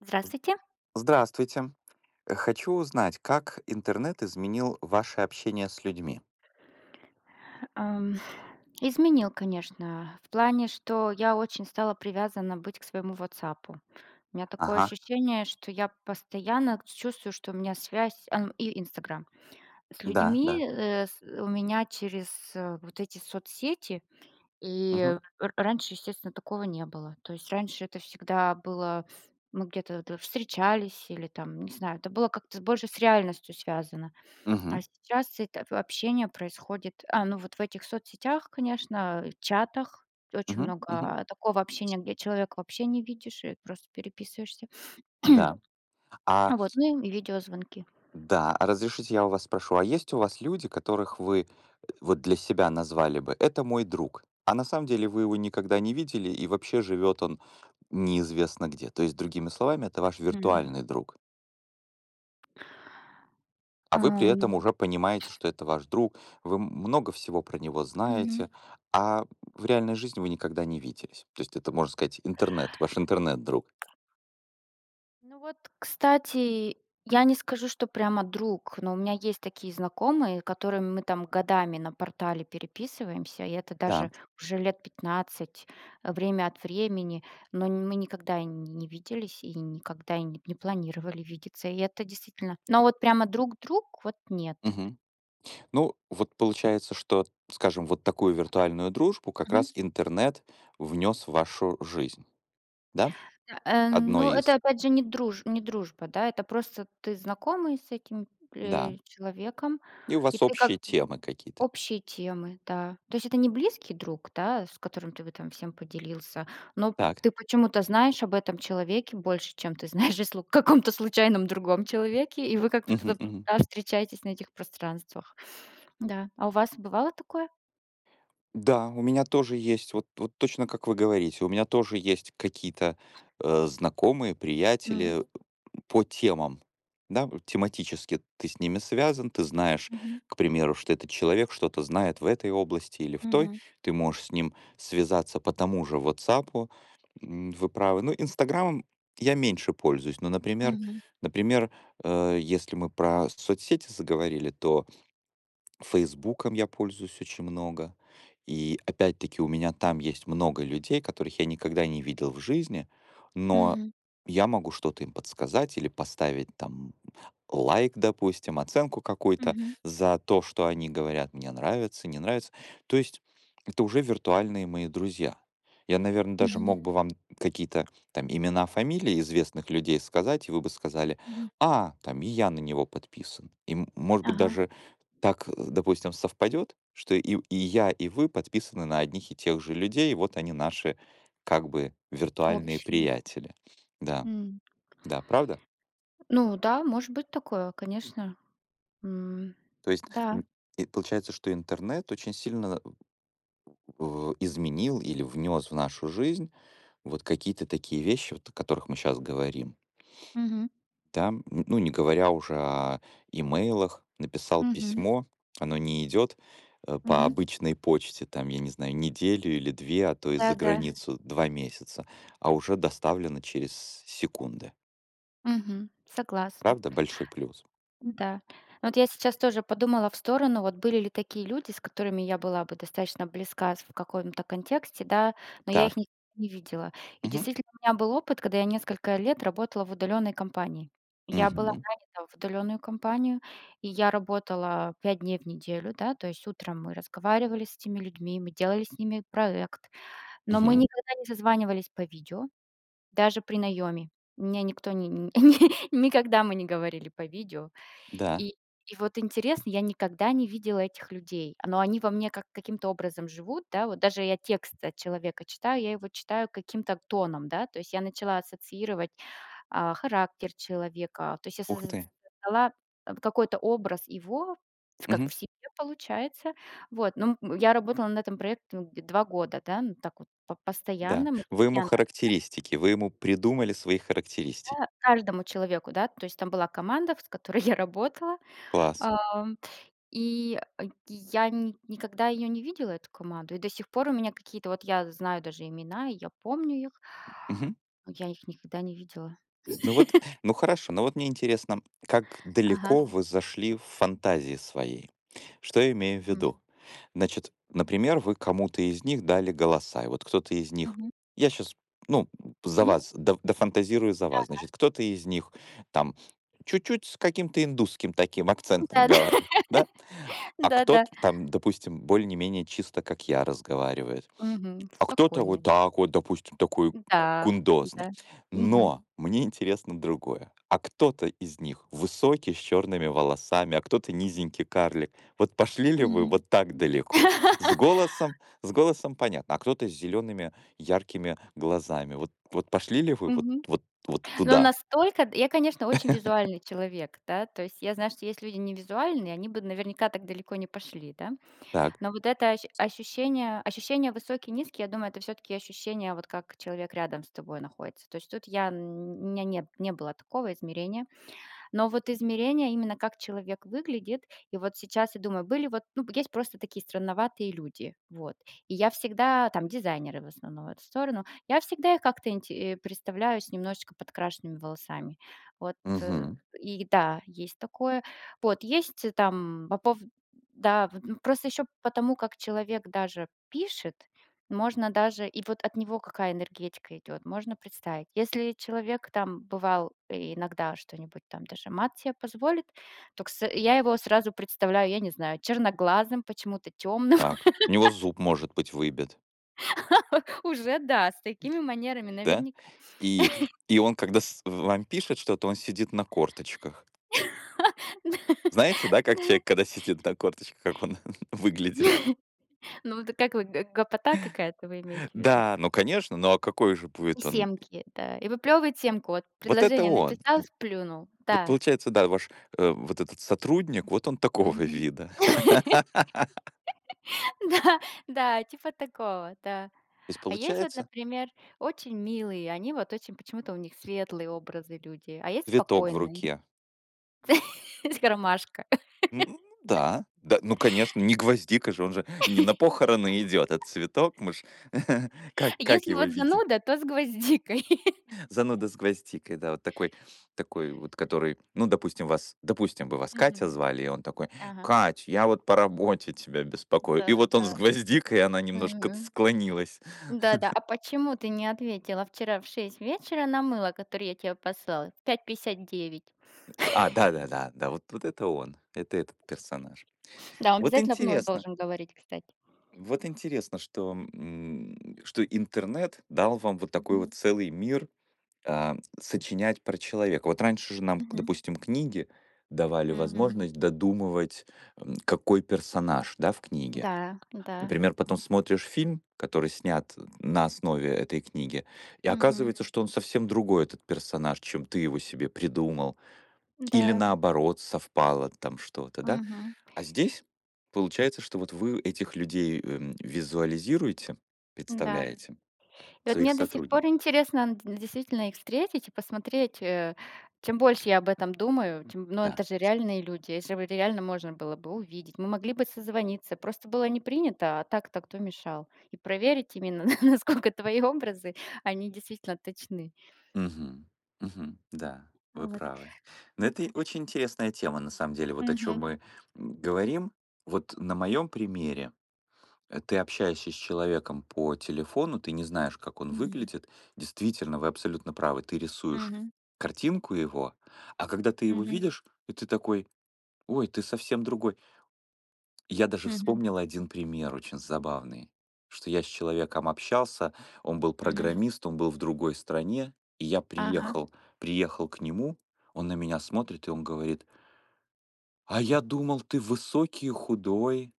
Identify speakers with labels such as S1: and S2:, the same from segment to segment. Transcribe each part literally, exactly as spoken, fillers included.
S1: Здравствуйте.
S2: Здравствуйте. Э, Хочу узнать, как интернет изменил ваше общение с людьми.
S1: Ам, изменил, конечно, в плане, что я очень стала привязана быть к своему WhatsApp. У меня такое
S2: Ага,
S1: ощущение, что я постоянно чувствую, что у меня связь, ам, и "Инстаграм", с
S2: да, да.
S1: людьми, э, с у меня через, э, вот эти соцсети.
S2: Мгм,
S1: И р раньше, естественно, такого не было. То есть раньше это всегда было мы где-то д встречались или там, не знаю, это было как-то больше с реальностью связано. А
S2: мгм,
S1: сейчас это общение происходит, а, ну, вот в этих соцсетях, конечно, э, чатах. Очень
S2: мгм, мгм.
S1: много такого общения, где человека вообще не видишь и просто переписываешься.
S2: Да. А,
S1: Вот, ну и видеозвонки.
S2: да, а разрешите я у вас спрошу, а есть у вас люди, которых вы э, вот для себя назвали бы? Это мой друг. А на самом деле вы его никогда не видели, и вообще живет он неизвестно где. То есть, другими словами, это ваш
S1: М.
S2: виртуальный друг. А вы при
S1: Ам.
S2: этом уже понимаете, что это ваш друг, вы много всего про него
S1: Мгм.
S2: знаете, а в реальной жизни вы никогда не виделись. То есть это, можно сказать, интернет, ваш интернет-друг.
S1: Ну вот, кстати, я не скажу, что прямо друг, но у меня есть такие знакомые, которыми мы там годами на портале переписываемся, и это даже
S2: Да.
S1: уже лет пятнадцать, э, время от времени, но н- мы никогда и не не виделись и никогда и не не планировали видеться, и это действительно. Но вот прямо друг друг, вот нет.
S2: Мгм. Ну, вот получается, что, скажем, вот такую виртуальную дружбу как раз интернет внес в вашу жизнь, да?
S1: Э,
S2: Одно
S1: ну, это
S2: из.
S1: опять же не друж не дружба, да, это просто ты знакомый с этим,
S2: Да.
S1: э, человеком,
S2: И у
S1: и
S2: вас
S1: ты как
S2: общие
S1: бы
S2: темы какие-то.
S1: общие темы, да. То есть это не близкий друг, да, с которым ты бы там всем поделился, но
S2: Так.
S1: ты почему-то знаешь об этом человеке больше, чем ты знаешь о слу каком-то случайном другом человеке, и вы
S2: Мгм,
S1: как-то,
S2: мгм.
S1: да, встречаетесь на этих пространствах. Да. А у вас бывало такое?
S2: Да, у меня тоже есть, вот, вот точно как вы говорите, у меня тоже есть какие-то э, знакомые,
S1: Мгм,
S2: приятели, по темам, да, вот тематически ты с ними связан, ты знаешь,
S1: мгм,
S2: к примеру, что этот человек что-то знает в этой области или в той,
S1: мгм,
S2: ты можешь с ним связаться по тому же "Ватсапу", м, вы правы. Ну, "Инстаграмом" я меньше пользуюсь, но, например
S1: мгм,
S2: например, э, если мы про соцсети заговорили, то "Фейсбуком" я пользуюсь очень много. И опять-таки у меня там есть много людей, которых я никогда не видел в жизни, но
S1: мгм,
S2: я могу что-то им подсказать или поставить там лайк, допустим, оценку какой то
S1: мгм,
S2: за то, что они говорят, мне нравится, не нравится. То есть это уже виртуальные мои друзья. Я, наверное, даже
S1: мгм,
S2: мог бы вам какие-то там имена, фамилии известных людей сказать, и вы бы сказали:
S1: мгм.
S2: "А, там и я на него подписан". И, м может быть,
S1: Ага.
S2: даже так, э, допустим, совпадет, что и и я, и вы подписаны на одних и тех же людей, вот они наши как бы виртуальные
S1: Общие.
S2: приятели. Да,
S1: М.
S2: да, правда?
S1: Ну да, может быть такое, конечно. М.
S2: То есть
S1: Да.
S2: н- и получается, что интернет очень сильно в- изменил или внес в нашу жизнь вот какие-то такие вещи, вот о которых мы сейчас говорим.
S1: Мгм.
S2: Да, м, ну, не говоря уже о имейлах. Написал
S1: Мгм.
S2: письмо, оно не идет, э, по
S1: Мгм.
S2: обычной почте, там, я не знаю, неделю или две, а то и за
S1: Да-да.
S2: границу два месяца, а уже доставлено через секунды.
S1: Мгм. Согласна.
S2: Правда? Большой плюс.
S1: Да. Ну, вот я сейчас тоже подумала в сторону, вот были ли такие люди, с которыми я была бы достаточно близка с в каком-то контексте, да, но я
S2: Так.
S1: их никогда не видела. И
S2: Мгм.
S1: действительно, у меня был опыт, когда я несколько лет работала в удаленной компании. Я была
S2: Мгм.
S1: нанята в удаленную компанию, и я работала пять дней в неделю, да, то есть утром мы разговаривали с этими людьми, мы делали с ними проект, но мы
S2: Мгм.
S1: никогда не созванивались по видео, даже при наеме. Меня никто не, не- никогда мы не говорили по видео,
S2: Да.
S1: и и вот интересно, я никогда не видела этих людей, но они во мне как каким-то образом живут, да. Вот даже я текст от человека читаю, я его читаю каким-то тоном, да. То есть я начала ассоциировать, а, характер человека, то есть я
S2: Ух
S1: соз
S2: ты.
S1: создала, э, какой-то образ его в как
S2: Мгм.
S1: в себе получается. Вот, ну, м, я работала над этим проектом г два года, да, ну, так вот по
S2: Да.
S1: постоянно, мы
S2: Вы ему
S1: постоянно,
S2: характеристики, вы ему придумали свои характеристики.
S1: да, каждому человеку, да. То есть там была команда, с которой я работала.
S2: Класс.
S1: И, э, я ни никогда ее не видела, эту команду. И до сих пор у меня какие-то вот я знаю даже имена, и я помню их,
S2: Мгм.
S1: но я их никогда не видела.
S2: Ну вот, ну хорошо, но вот мне интересно, как
S1: Ага.
S2: далеко вы зашли в фантазии своей? Что я имею в
S1: М.
S2: виду? Значит, например, вы кому-то из них дали голоса, и вот кто-то из них,
S1: Мгм.
S2: я сейчас, ну, за
S1: Мгм.
S2: вас, до- дофантазирую за
S1: Да.
S2: вас, значит, кто-то из них там чуть-чуть с каким-то индусским таким
S1: Ну
S2: акцентом
S1: да,
S2: говорит, да, а
S1: да. Да.
S2: кто-то там, допустим, более-менее чисто, как я, разговаривает.
S1: Мгм.
S2: А кто-то
S1: Спокойный.
S2: вот так вот, допустим, такой г
S1: Да,
S2: гундозный.
S1: да. Мгм.
S2: Но мне интересно другое. А кто-то из них высокий, с черными волосами, а кто-то низенький карлик. Вот пошли ли вы
S1: Мгм.
S2: вот так далеко? С голосом с голосом понятно, а кто-то с зелеными яркими глазами. Вот вот пошли ли вы
S1: М.
S2: вот
S1: Мгм.
S2: вот вот
S1: Но
S2: туда?
S1: настолько я, конечно, очень визуальный человек, да, то есть я знаю, что есть люди невизуальные, они бы наверняка так далеко не пошли, да.
S2: Так,
S1: Но вот это ощ ощущение ощущение высокий, низкий, я думаю, это все таки ощущение, вот как человек рядом с тобой находится. То есть тут я н у меня не не было такого измерения. Но вот измерение именно как человек выглядит, и вот сейчас я думаю, были вот, ну, есть просто такие странноватые люди, вот. И я всегда, там дизайнеры в основном в эту сторону, я всегда их как-то инте э, представляю с немножечко подкрашенными волосами. Вот, э,
S2: мгм,
S1: и да, есть такое. Вот, есть э, там по пов да, вот, ну, просто еще потому, как человек даже пишет, можно даже и вот от него какая энергетика идет, можно представить. Если человек там бывал и иногда что-нибудь там даже мат себе позволит, то кс я его сразу представляю, я не знаю, черноглазым, почему-то темным.
S2: так. У него зуб, может быть, выбит,
S1: Уже да, с такими манерами
S2: да?
S1: наверняка.
S2: И и он, когда с вам пишет что-то, он сидит на корточках. Знаете, да, как человек, когда сидит на корточках, как он выглядит?
S1: Ну, вот как вы, г гопота какая-то вы имеете в виду?
S2: Да, ну, конечно, ну, а какой же
S1: И
S2: будет он?
S1: семки, да, и выплевывает семку. Вот
S2: Вот это
S1: предложение
S2: он.
S1: написал, сплюнул.
S2: Вот
S1: Да.
S2: получается, да, ваш, э, вот этот сотрудник, вот он такого
S1: Мгм.
S2: вида. То
S1: Да, да, типа такого, да.
S2: есть
S1: А есть вот,
S2: получается
S1: например, очень милые, они вот очень почему-то у них светлые образы люди, а есть
S2: цветок в
S1: спокойные,
S2: руке.
S1: с ромашка.
S2: М, да, да, ну, конечно, не гвоздика же, он же не на похороны идет, а цветок, мы ж как как
S1: Если
S2: его
S1: вот
S2: видим?
S1: зануда, то с гвоздикой.
S2: Зануда с гвоздикой, да, вот такой, такой вот, который, ну, допустим, вас, допустим, бы вас
S1: Мгм.
S2: Катя звали, и он такой,
S1: Ага.
S2: Кать, я вот по работе тебя беспокою. И вот он
S1: Да-да.
S2: с гвоздикой, и она немножко
S1: Мгм.
S2: склонилась.
S1: Да-да, а почему ты не ответила вчера в шесть вечера на мыло, которое я тебе послала? В пять пятьдесят девять.
S2: А, да-да-да, да, вот, вот это он, это этот персонаж.
S1: Да, он
S2: Вот
S1: обязательно в нос
S2: интересно,
S1: должен говорить, кстати.
S2: вот интересно, что, м, что интернет дал вам вот такой
S1: Мгм.
S2: вот целый мир а, сочинять про человека. Вот раньше же нам, к-
S1: Мгм.
S2: допустим, книги давали
S1: Мгм.
S2: возможность додумывать, м, какой персонаж, да, в книге.
S1: Да, да.
S2: Например, потом смотришь фильм, который снят на основе этой книги, и
S1: Мгм.
S2: оказывается, что он совсем другой, этот персонаж, чем ты его себе придумал. Или
S1: Да.
S2: наоборот, совпало там что-то, да.
S1: Мгм.
S2: А здесь получается, что вот вы этих людей эм, визуализируете,
S1: Да.
S2: представляете,
S1: И вот
S2: своих
S1: мне до сих пор
S2: сотрудников.
S1: интересно, н действительно, их встретить и посмотреть. Э, чем больше я об этом думаю, тем но
S2: Да.
S1: это же реальные люди, их же в реально можно было бы увидеть. Мы могли бы созвониться, просто было не принято, а так-то кто мешал? И проверить именно, насколько твои образы, они действительно точны.
S2: Мгм. Мгм. Да, вы
S1: Вот.
S2: правы. Но это и очень интересная тема, на самом деле, вот о чем
S1: Мгм.
S2: мы м, говорим. Вот на моем примере э, ты общаешься с человеком по телефону, ты не знаешь, как он
S1: Мгм.
S2: выглядит. Действительно, вы абсолютно правы, ты рисуешь
S1: Мгм.
S2: картинку его, а когда ты его
S1: Мгм.
S2: видишь, и ты такой, ой, ты совсем другой. Я даже
S1: Мгм.
S2: вспомнил один пример очень забавный, что я с человеком общался, он был
S1: Мгм.
S2: программист, он был в другой стране, и я
S1: Ага.
S2: приехал приехал к нему, он на меня смотрит, и он говорит: "А я думал, ты высокий и худой".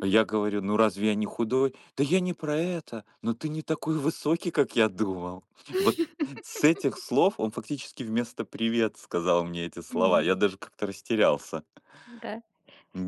S2: А я говорю: "Ну разве я не худой?" "Да я не про это, но ты не такой высокий, как я думал". Вот с этих слов он фактически вместо "привет" сказал мне эти слова.
S1: Мгм.
S2: Я даже как-то растерялся.
S1: Да.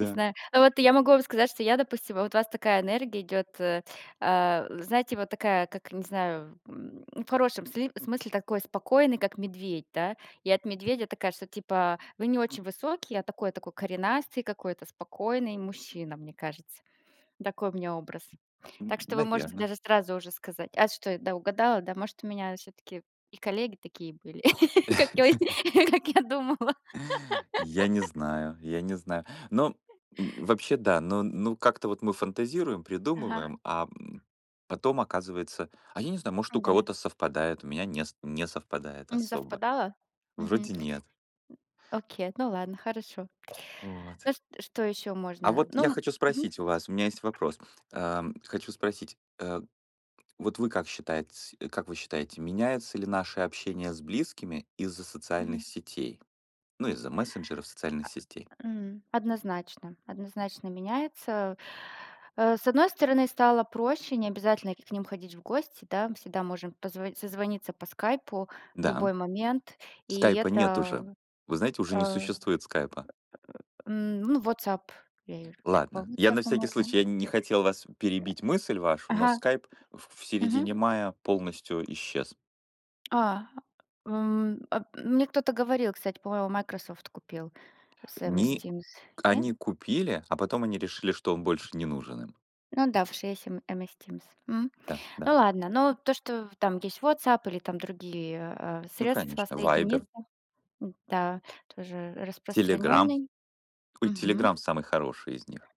S1: Не
S2: Да,
S1: знаю. Ну, вот я могу вам сказать, что я, допустим, вот у вас такая энергия идет, э, а, знаете, вот такая, как, не знаю, м, в хорошем сли- смысле такой спокойный, как медведь, да? И от медведя такая, что типа вы не очень высокий, а такой такой коренастый какой-то, спокойный мужчина, мне кажется. Такой у меня образ. Так что вы можете
S2: наверное.
S1: даже сразу уже сказать. А что, да, угадала, да? Может, у меня все-таки и коллеги такие были, как я, как я думала.
S2: Я не знаю, я не знаю. Но, м, вообще, да, но, ну, как-то вот мы фантазируем,
S1: Ага,
S2: придумываем, а, м, потом оказывается а я не знаю, может, у
S1: да.
S2: кого-то совпадает, у меня не с не совпадает
S1: Не
S2: особо.
S1: совпадало?
S2: Вроде нет.
S1: Окей, ну ладно, хорошо.
S2: Вот.
S1: Ну ш что еще
S2: А
S1: можно?
S2: вот я
S1: Ну,
S2: хочу
S1: мгм.
S2: спросить у вас, у меня есть вопрос. Ам, хочу спросить, э, вот вы как считаете как вы считаете, меняется ли наше общение с близкими из-за социальных
S1: Мгм.
S2: сетей? Ну, из-за мессенджеров, социальных
S1: А,
S2: сетей?
S1: м, однозначно, однозначно меняется. Э, с одной стороны, стало проще, не обязательно к ним ходить в гости, да, мы всегда можем позво созвониться по "Скайпу" в
S2: Да.
S1: любой момент, и
S2: Скайпа нет
S1: это,
S2: уже. Вы знаете, уже
S1: э,
S2: не существует скайпа.
S1: м, ну, "Ватсап", я и по
S2: Ладно, я на
S1: "Ватсапу"
S2: всякий
S1: можно.
S2: случай, я не хотел вас перебить мысль вашу, но
S1: Ага,
S2: скайп в в
S1: мгм.
S2: середине мая полностью исчез.
S1: А, м, а, мне кто-то говорил, кстати, по-моему, Microsoft купил, Sam из
S2: Не,
S1: Teams, не?
S2: они купили, а потом они решили, что он больше не нужен им.
S1: Ну да, в шесть, М M S Teams. М.
S2: Да, да.
S1: Ну ладно, но то, что там есть WhatsApp или там другие, э,
S2: Ну,
S1: средства
S2: конечно, Вайбер,
S1: соединиться, м, да, тоже
S2: Телеграм.
S1: распространенный.
S2: Ой,
S1: Мгм.
S2: Телеграм самый хороший из них.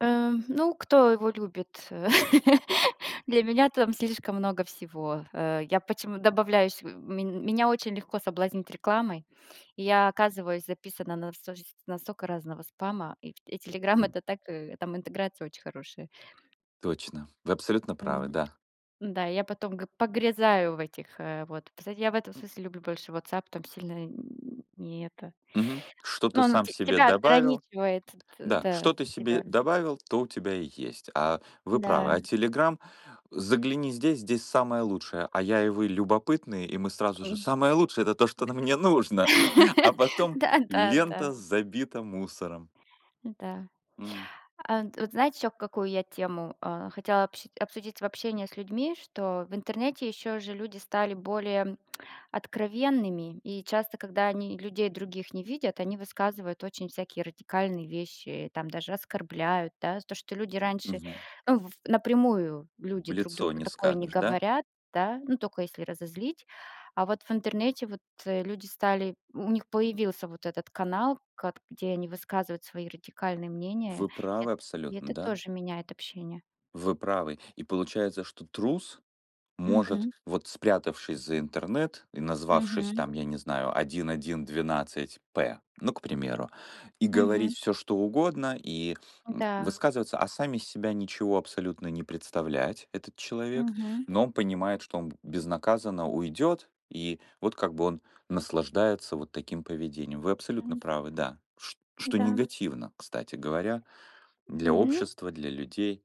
S1: Эм, ну, кто его любит? Для меня там слишком много всего. Э, я почему добавляюсь, мень меня очень легко соблазнить рекламой, и я оказываюсь записана на стож на стока разного спама, и в и "Телеграм"
S2: М,
S1: это так, э, там интеграция очень хорошая.
S2: Точно. Вы абсолютно правы, да.
S1: Да, я потом г погрязаю в этих, э, вот. Кстати, я в этом смысле люблю больше WhatsApp, там сильно н не это.
S2: Мгм. Что
S1: Ну,
S2: ты
S1: он
S2: сам
S1: те
S2: себе
S1: тебя
S2: добавил?
S1: ограничивает, т
S2: Да,
S1: да,
S2: что ты себе
S1: себя.
S2: добавил, то у тебя и есть. А вы правы.
S1: Да.
S2: А Телеграм Загляни здесь, здесь самое лучшее. А я и вы любопытные, и мы сразу же:
S1: М.
S2: "Самое лучшее- это то, что на мне нужно". А потом
S1: Да, да, да,
S2: лента забита мусором.
S1: да.
S2: М,
S1: А, д вот знаете, еще какую я тему, а, хотела обсу обсудить в общении с людьми, что в интернете еще же люди стали более откровенными, и часто, когда они людей других не видят, они высказывают очень всякие радикальные вещи, там даже оскорбляют, да. То, что люди раньше,
S2: Мгм.
S1: ну, в напрямую люди
S2: В
S1: друг
S2: лицо
S1: другу
S2: не
S1: такое не
S2: скажешь, да?
S1: говорят, да, ну, только если разозлить. А вот в интернете вот, э, люди стали у них появился вот этот канал, кат где они высказывают свои радикальные мнения.
S2: Вы правы
S1: И
S2: абсолютно,
S1: это
S2: да?
S1: тоже меняет общение.
S2: Вы правы. И получается, что трус Может,
S1: Мгм,
S2: вот спрятавшись за интернет и назвавшись
S1: мгм,
S2: там, я не знаю, тысяча сто двенадцать п ну, к примеру, и говорить
S1: мгм.
S2: все, что угодно, и м,
S1: Да,
S2: высказываться, а сами из себя ничего абсолютно не представлять, этот человек,
S1: мгм,
S2: но он понимает, что он безнаказанно уйдет, и вот как бы он наслаждается вот таким поведением. Вы абсолютно
S1: м,
S2: правы, да. Ш- Что
S1: да,
S2: негативно, кстати говоря, для
S1: мгм.
S2: общества, для людей.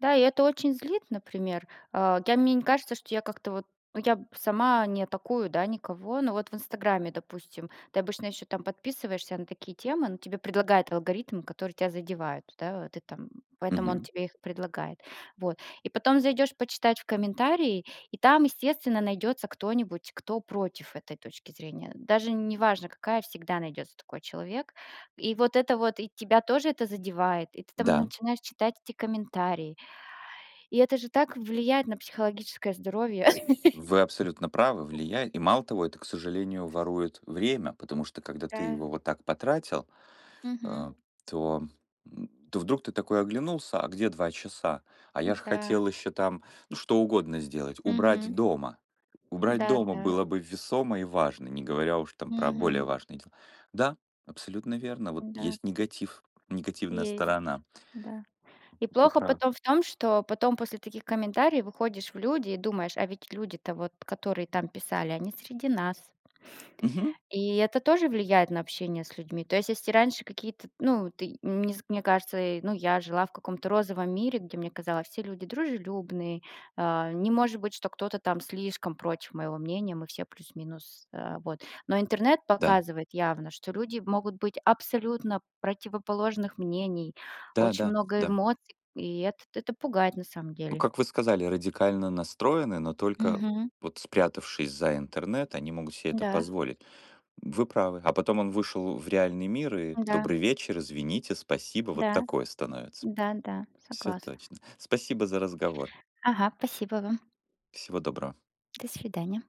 S1: Да, и это очень злит, например. А, я мне не кажется, что я как-то вот ну, я б сама не атакую, да, никого, но вот в "Инстаграме", допустим, ты обычно еще там подписываешься на такие темы, но тебе предлагает алгоритм, который тебя задевают, да, ты там поэтому он
S2: Мгм.
S1: тебе их предлагает. Вот. И потом зайдешь почитать в комментарии, и там, естественно, найдется кто-нибудь, кто против этой точки зрения. Даже неважно какая, всегда найдется такой человек. И вот это вот, и тебя тоже это задевает, и ты там
S2: Да.
S1: начинаешь читать эти комментарии. И это же так влияет на психологическое здоровье.
S2: Вы абсолютно правы, влияет. И мало того, это, к сожалению, ворует время, потому что когда ты
S1: Да.
S2: его вот так потратил,
S1: Мгм.
S2: э, то, м, то вдруг ты такой оглянулся, а где два часа? А я же
S1: Да.
S2: хотел еще там, ну, что угодно сделать, убрать
S1: Мгм.
S2: дома. Убрать дома
S1: Да-да.
S2: было бы весомо и важно, не говоря уж там про более
S1: Мгм.
S2: важные дела. Да, абсолютно верно. Вот
S1: Да.
S2: есть негатив, негативная
S1: Есть.
S2: сторона.
S1: Да. И
S2: Вы
S1: плохо
S2: правы.
S1: потом в том, что потом после таких комментариев выходишь в люди и думаешь: "А ведь люди-то вот, которые там писали, они среди нас".
S2: Мгм.
S1: И это тоже влияет на общение с людьми. То есть, если раньше какие-то, ну, ты, мне з мне кажется, э, ну, я жила в каком-то розовом мире, где мне казалось, все люди дружелюбные, а, не может быть, что кто-то там слишком против моего мнения, мы все плюс-минус, а, вот. Но интернет
S2: Да,
S1: показывает явно, что люди могут быть абсолютно противоположных мнений,
S2: да,
S1: очень
S2: да,
S1: много
S2: да.
S1: эмоций, и это это пугает на самом
S2: Ну,
S1: деле.
S2: как вы сказали, радикально настроены, но только
S1: Мгм.
S2: вот спрятавшись за интернет, они могут себе это, да,
S1: Да,
S2: позволить. Вы правы. А потом он вышел в реальный мир и
S1: да,
S2: «добрый вечер, извините, спасибо», вот
S1: да,
S2: такое становится.
S1: да-да,
S2: Все
S1: согласна.
S2: точно. Спасибо за разговор.
S1: Ага, спасибо вам.
S2: Всего доброго.
S1: До свидания.